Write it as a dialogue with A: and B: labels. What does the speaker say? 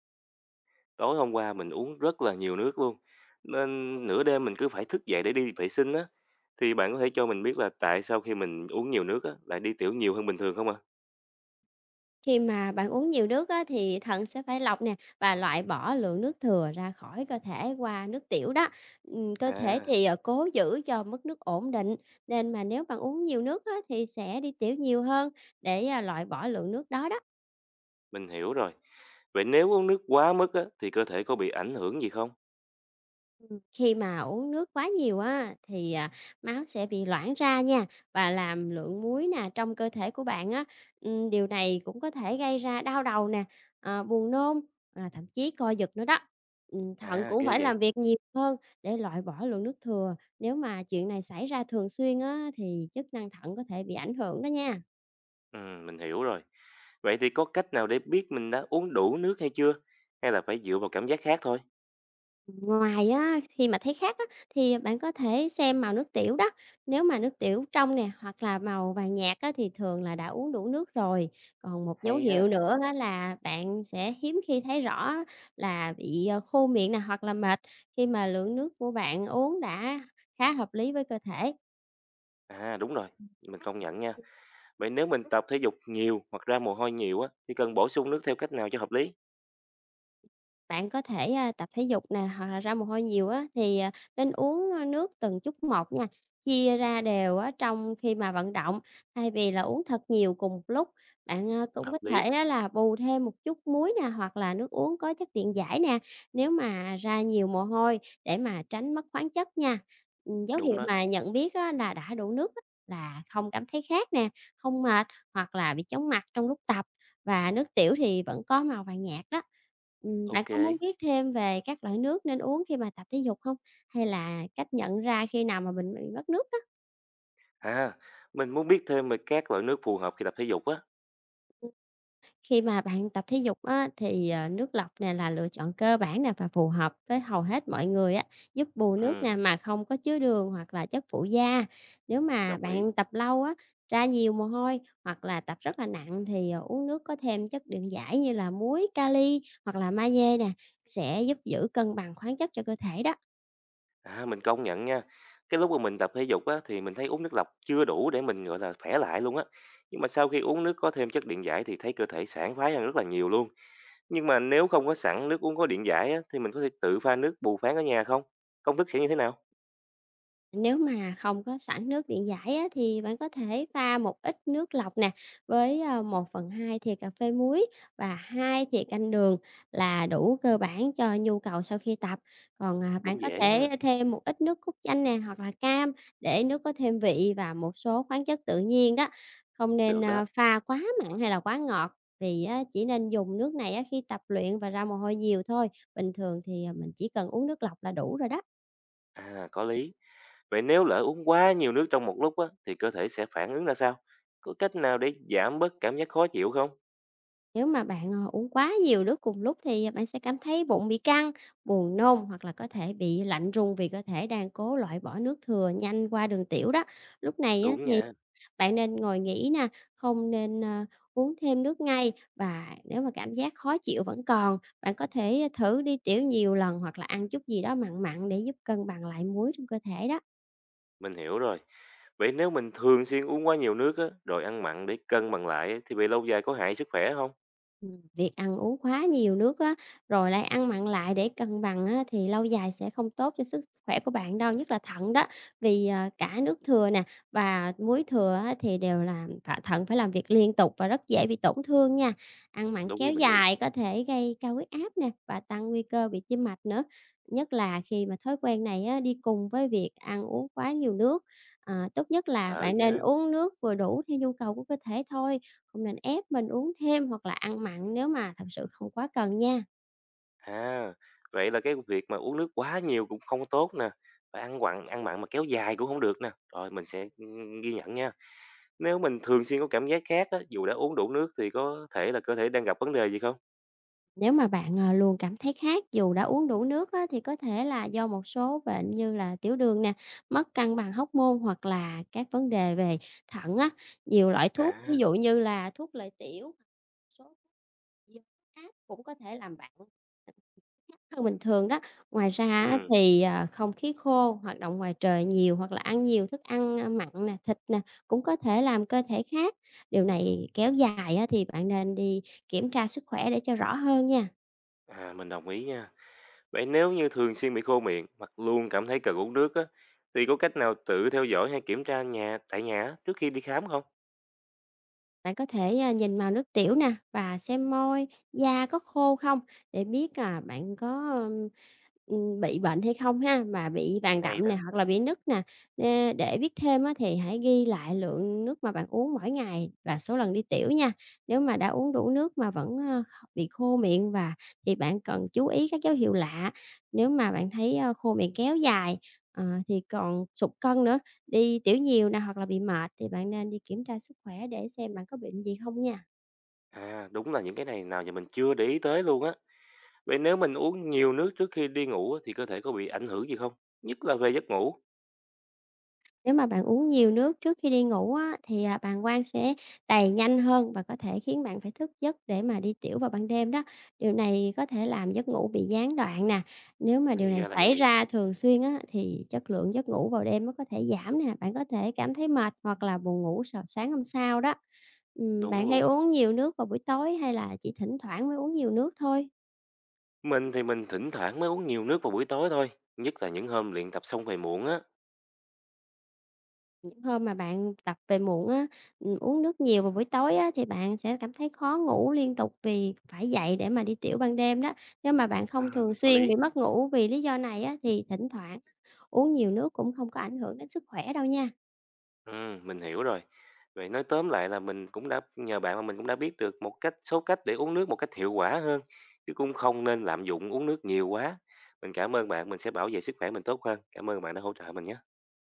A: Tối hôm qua mình uống rất là nhiều nước luôn, nên nửa đêm mình cứ phải thức dậy để đi vệ sinh á. Thì bạn có thể cho mình biết là tại sao khi mình uống nhiều nước á, lại đi tiểu nhiều hơn bình thường không ạ?
B: Khi mà bạn uống nhiều nước á, thì thận sẽ phải lọc nè và loại bỏ lượng nước thừa ra khỏi cơ thể qua nước tiểu đó. Cơ thể
A: À,
B: thì, cố giữ cho mức nước ổn định, nên mà nếu bạn uống nhiều nước á, thì sẽ đi tiểu nhiều hơn để, loại bỏ lượng nước đó đó.
A: mình hiểu rồi. Vậy nếu uống nước quá mức á, thì cơ thể có bị ảnh hưởng gì không?
B: Khi mà uống nước quá nhiều á thì, máu sẽ bị loãng ra nha và làm lượng muối nè trong cơ thể của bạn á, điều này cũng có thể gây ra đau đầu nè, buồn nôn, thậm chí co giật nữa đó. Thận
A: À,
B: cũng
A: ghê
B: phải
A: vậy.
B: làm việc nhiều hơn để loại bỏ lượng nước thừa, nếu mà chuyện này xảy ra thường xuyên á thì chức năng thận có thể bị ảnh hưởng đó nha.
A: Ừ, mình hiểu rồi. Vậy thì có cách nào để biết mình đã uống đủ nước hay chưa? Hay là phải dựa vào cảm giác khác thôi?
B: Ngoài á, khi mà thấy khác á, thì bạn có thể xem màu nước tiểu đó, nếu mà nước tiểu trong nè, hoặc là màu vàng nhạt á, thì thường là đã uống đủ nước rồi. Còn một dấu
A: Hay
B: hiệu
A: ha.
B: nữa đó là bạn sẽ hiếm khi thấy rõ là bị, khô miệng nè, hoặc là mệt khi mà lượng nước của bạn uống đã khá hợp lý với cơ thể.
A: À đúng rồi, mình công nhận nha. Vậy nếu mình tập thể dục nhiều hoặc ra mồ hôi nhiều á, thì cần bổ sung nước theo cách nào cho hợp lý?
B: Bạn có thể, tập thể dục nè, hoặc là ra mồ hôi nhiều á, thì, nên uống, nước từng chút một nha, chia ra đều á trong khi mà vận động, thay vì là uống thật nhiều cùng một lúc. Bạn, cũng có
A: Hợp lý,
B: thể á là bù thêm một chút muối nè, hoặc là nước uống có chất điện giải nè, nếu mà ra nhiều mồ hôi để mà tránh mất khoáng chất nha. Dấu
A: đúng
B: hiệu
A: đó.
B: mà nhận biết á là đã đủ nước á là không cảm thấy khát nè, không mệt, hoặc là bị chóng mặt trong lúc tập, và nước tiểu thì vẫn có màu vàng nhạt đó. Bạn có
A: OK.
B: muốn biết thêm về các loại nước nên uống khi mà tập thể dục không? Hay là cách nhận ra khi nào mà mình bị mất nước đó?
A: À, mình muốn biết thêm về các loại nước phù hợp khi tập thể dục á.
B: Ừm, khi mà bạn tập thể dục á, thì, nước lọc nè là lựa chọn cơ bản nè và phù hợp với hầu hết mọi người á, giúp bù nước nè
A: Ừm,
B: mà không có chứa đường hoặc là chất phụ gia. Nếu mà
A: đồng ý.
B: bạn tập lâu á, ra nhiều mồ hôi hoặc là tập rất là nặng thì, uống nước có thêm chất điện giải như là muối, kali hoặc là magie nè, sẽ giúp giữ cân bằng khoáng chất cho cơ thể đó.
A: À, mình công nhận nha. Cái lúc mà mình tập thể dục á thì mình thấy uống nước lọc chưa đủ để mình, gọi là, khỏe lại luôn á. Nhưng mà sau khi uống nước có thêm chất điện giải thì thấy cơ thể sảng khoái hơn rất là nhiều luôn. Nhưng mà nếu không có sẵn nước uống có điện giải á thì mình có thể tự pha nước bù phán ở nhà không? Công thức sẽ như thế nào?
B: Nếu mà không có sẵn nước điện giải á, thì bạn có thể pha một ít nước lọc nè với 1/2 thìa cà phê muối và 2 thìa canh đường là đủ cơ bản cho nhu cầu sau khi tập. Còn, bạn
A: Cũng
B: có
A: dễ ha.
B: thể thêm một ít nước cốt chanh nè hoặc là cam để nước có thêm vị và một số khoáng chất tự nhiên đó. Không nên,
A: Được đó.
B: pha quá mặn hay là quá ngọt, vì á, chỉ nên dùng nước này á, khi tập luyện và ra mồ hôi nhiều thôi. Bình thường thì, mình chỉ cần uống nước lọc là đủ rồi đó.
A: À, có lý. Vậy nếu lỡ uống quá nhiều nước trong một lúc á, thì cơ thể sẽ phản ứng ra sao? Có cách nào để giảm bớt cảm giác khó chịu không?
B: Nếu mà bạn, uống quá nhiều nước cùng lúc thì bạn sẽ cảm thấy bụng bị căng, buồn nôn hoặc là có thể bị lạnh run vì cơ thể đang cố loại bỏ nước thừa nhanh qua đường tiểu đó. Lúc này á
A: Đúng
B: thì
A: nha,
B: bạn nên ngồi nghỉ nè, không nên, uống thêm nước ngay và nếu mà cảm giác khó chịu vẫn còn, bạn có thể thử đi tiểu nhiều lần hoặc là ăn chút gì đó mặn mặn để giúp cân bằng lại muối trong cơ thể đó.
A: mình hiểu rồi. Vậy nếu mình thường xuyên uống quá nhiều nước á, rồi ăn mặn để cân bằng lại á, thì về lâu dài có hại sức khỏe không?
B: Việc ăn uống quá nhiều nước á, rồi lại ăn mặn lại để cân bằng á, thì lâu dài sẽ không tốt cho sức khỏe của bạn đâu, nhất là thận đó. Vì, cả nước thừa nè và muối thừa á, thì đều là phải thận phải làm việc liên tục và rất dễ bị tổn thương nha. Ăn mặn
A: Đúng như
B: kéo
A: mình nghĩ.
B: dài có thể gây cao huyết áp nè và tăng nguy cơ bị tim mạch nữa, nhất là khi mà thói quen này á, đi cùng với việc ăn uống quá nhiều nước. Tốt nhất là
A: Ờ
B: bạn nên
A: nha.
B: uống nước vừa đủ theo nhu cầu của cơ thể thôi, không nên ép mình uống thêm hoặc là ăn mặn nếu mà thật sự không quá cần nha.
A: À, vậy là cái việc mà uống nước quá nhiều cũng không tốt nè. Và ăn quặng, ăn mặn mà kéo dài cũng không được nè. Rồi mình sẽ ghi nhận nha. Nếu mình thường xuyên có cảm giác khát á, dù đã uống đủ nước thì có thể là cơ thể đang gặp vấn đề gì không?
B: Nếu mà bạn, luôn cảm thấy khát dù đã uống đủ nước á, thì có thể là do một số bệnh như là tiểu đường nè, mất cân bằng hóc môn hoặc là các vấn đề về thận á. Nhiều loại thuốc ví
A: À,
B: dụ như là thuốc lợi tiểu, một số thuốc áp cũng có thể làm bạn hơn bình thường đó. Ngoài ra á
A: ừ.
B: thì, không khí khô, hoạt động ngoài trời nhiều hoặc là ăn nhiều thức ăn, mặn nè, thịt nè, cũng có thể làm cơ thể khác. Điều này kéo dài á thì bạn nên đi kiểm tra sức khỏe để cho rõ hơn nha.
A: À, mình đồng ý nha. Vậy nếu như thường xuyên bị khô miệng hoặc luôn cảm thấy cần uống nước á, thì có cách nào tự theo dõi hay kiểm tra nhà tại nhà á, trước khi đi khám không?
B: Bạn có thể, nhìn màu nước tiểu nè và xem môi, da có khô không để biết, là bạn có, bị bệnh hay không ha, mà bị vàng
A: Hay
B: đậm nè
A: đó.
B: hoặc là bị nứt nè. Để biết thêm á thì hãy ghi lại lượng nước mà bạn uống mỗi ngày và số lần đi tiểu nha. Nếu mà đã uống đủ nước mà vẫn, bị khô miệng và thì bạn cần chú ý các dấu hiệu lạ. Nếu mà bạn thấy, khô miệng kéo dài, thì còn sụt cân nữa. Đi tiểu nhiều nè hoặc là bị mệt thì bạn nên đi kiểm tra sức khỏe để xem bạn có bệnh gì không nha.
A: À, đúng là những cái này nào giờ mình chưa để ý tới luôn á. Vậy nếu mình uống nhiều nước trước khi đi ngủ á, thì cơ thể có bị ảnh hưởng gì không? Nhất là về giấc ngủ.
B: Nếu mà bạn uống nhiều nước trước khi đi ngủ á, thì, bàng quang sẽ đầy nhanh hơn và có thể khiến bạn phải thức giấc để mà đi tiểu vào ban đêm đó. Điều này có thể làm giấc ngủ bị gián đoạn nè. Nếu mà điều
A: Thì
B: này
A: ra là
B: xảy
A: vậy.
B: ra thường xuyên á, thì chất lượng giấc ngủ vào đêm nó có thể giảm nè, bạn có thể cảm thấy mệt hoặc là buồn ngủ vào sáng hôm sau đó. Ừm,
A: Đúng
B: bạn hay
A: luôn.
B: uống nhiều nước vào buổi tối hay là chỉ thỉnh thoảng mới uống nhiều nước thôi?
A: Mình thì mình thỉnh thoảng mới uống nhiều nước vào buổi tối thôi. Nhất là những hôm luyện tập xong về muộn á.
B: Những hôm mà bạn tập về muộn á, uống nước nhiều vào buổi tối á, thì bạn sẽ cảm thấy khó ngủ liên tục vì phải dậy để mà đi tiểu ban đêm đó. Nếu mà bạn không
A: À,
B: thường
A: có
B: xuyên bị
A: lý.
B: mất ngủ vì lý do này á, thì thỉnh thoảng uống nhiều nước cũng không có ảnh hưởng đến sức khỏe đâu nha.
A: Mình hiểu rồi. Vậy nói tóm lại là mình cũng đã nhờ bạn mà mình cũng đã biết được một cách số cách để uống nước một cách hiệu quả hơn, chứ cũng không nên lạm dụng uống nước nhiều quá. Mình cảm ơn bạn, mình sẽ bảo vệ sức khỏe mình tốt hơn. Cảm ơn bạn đã hỗ trợ mình nhé.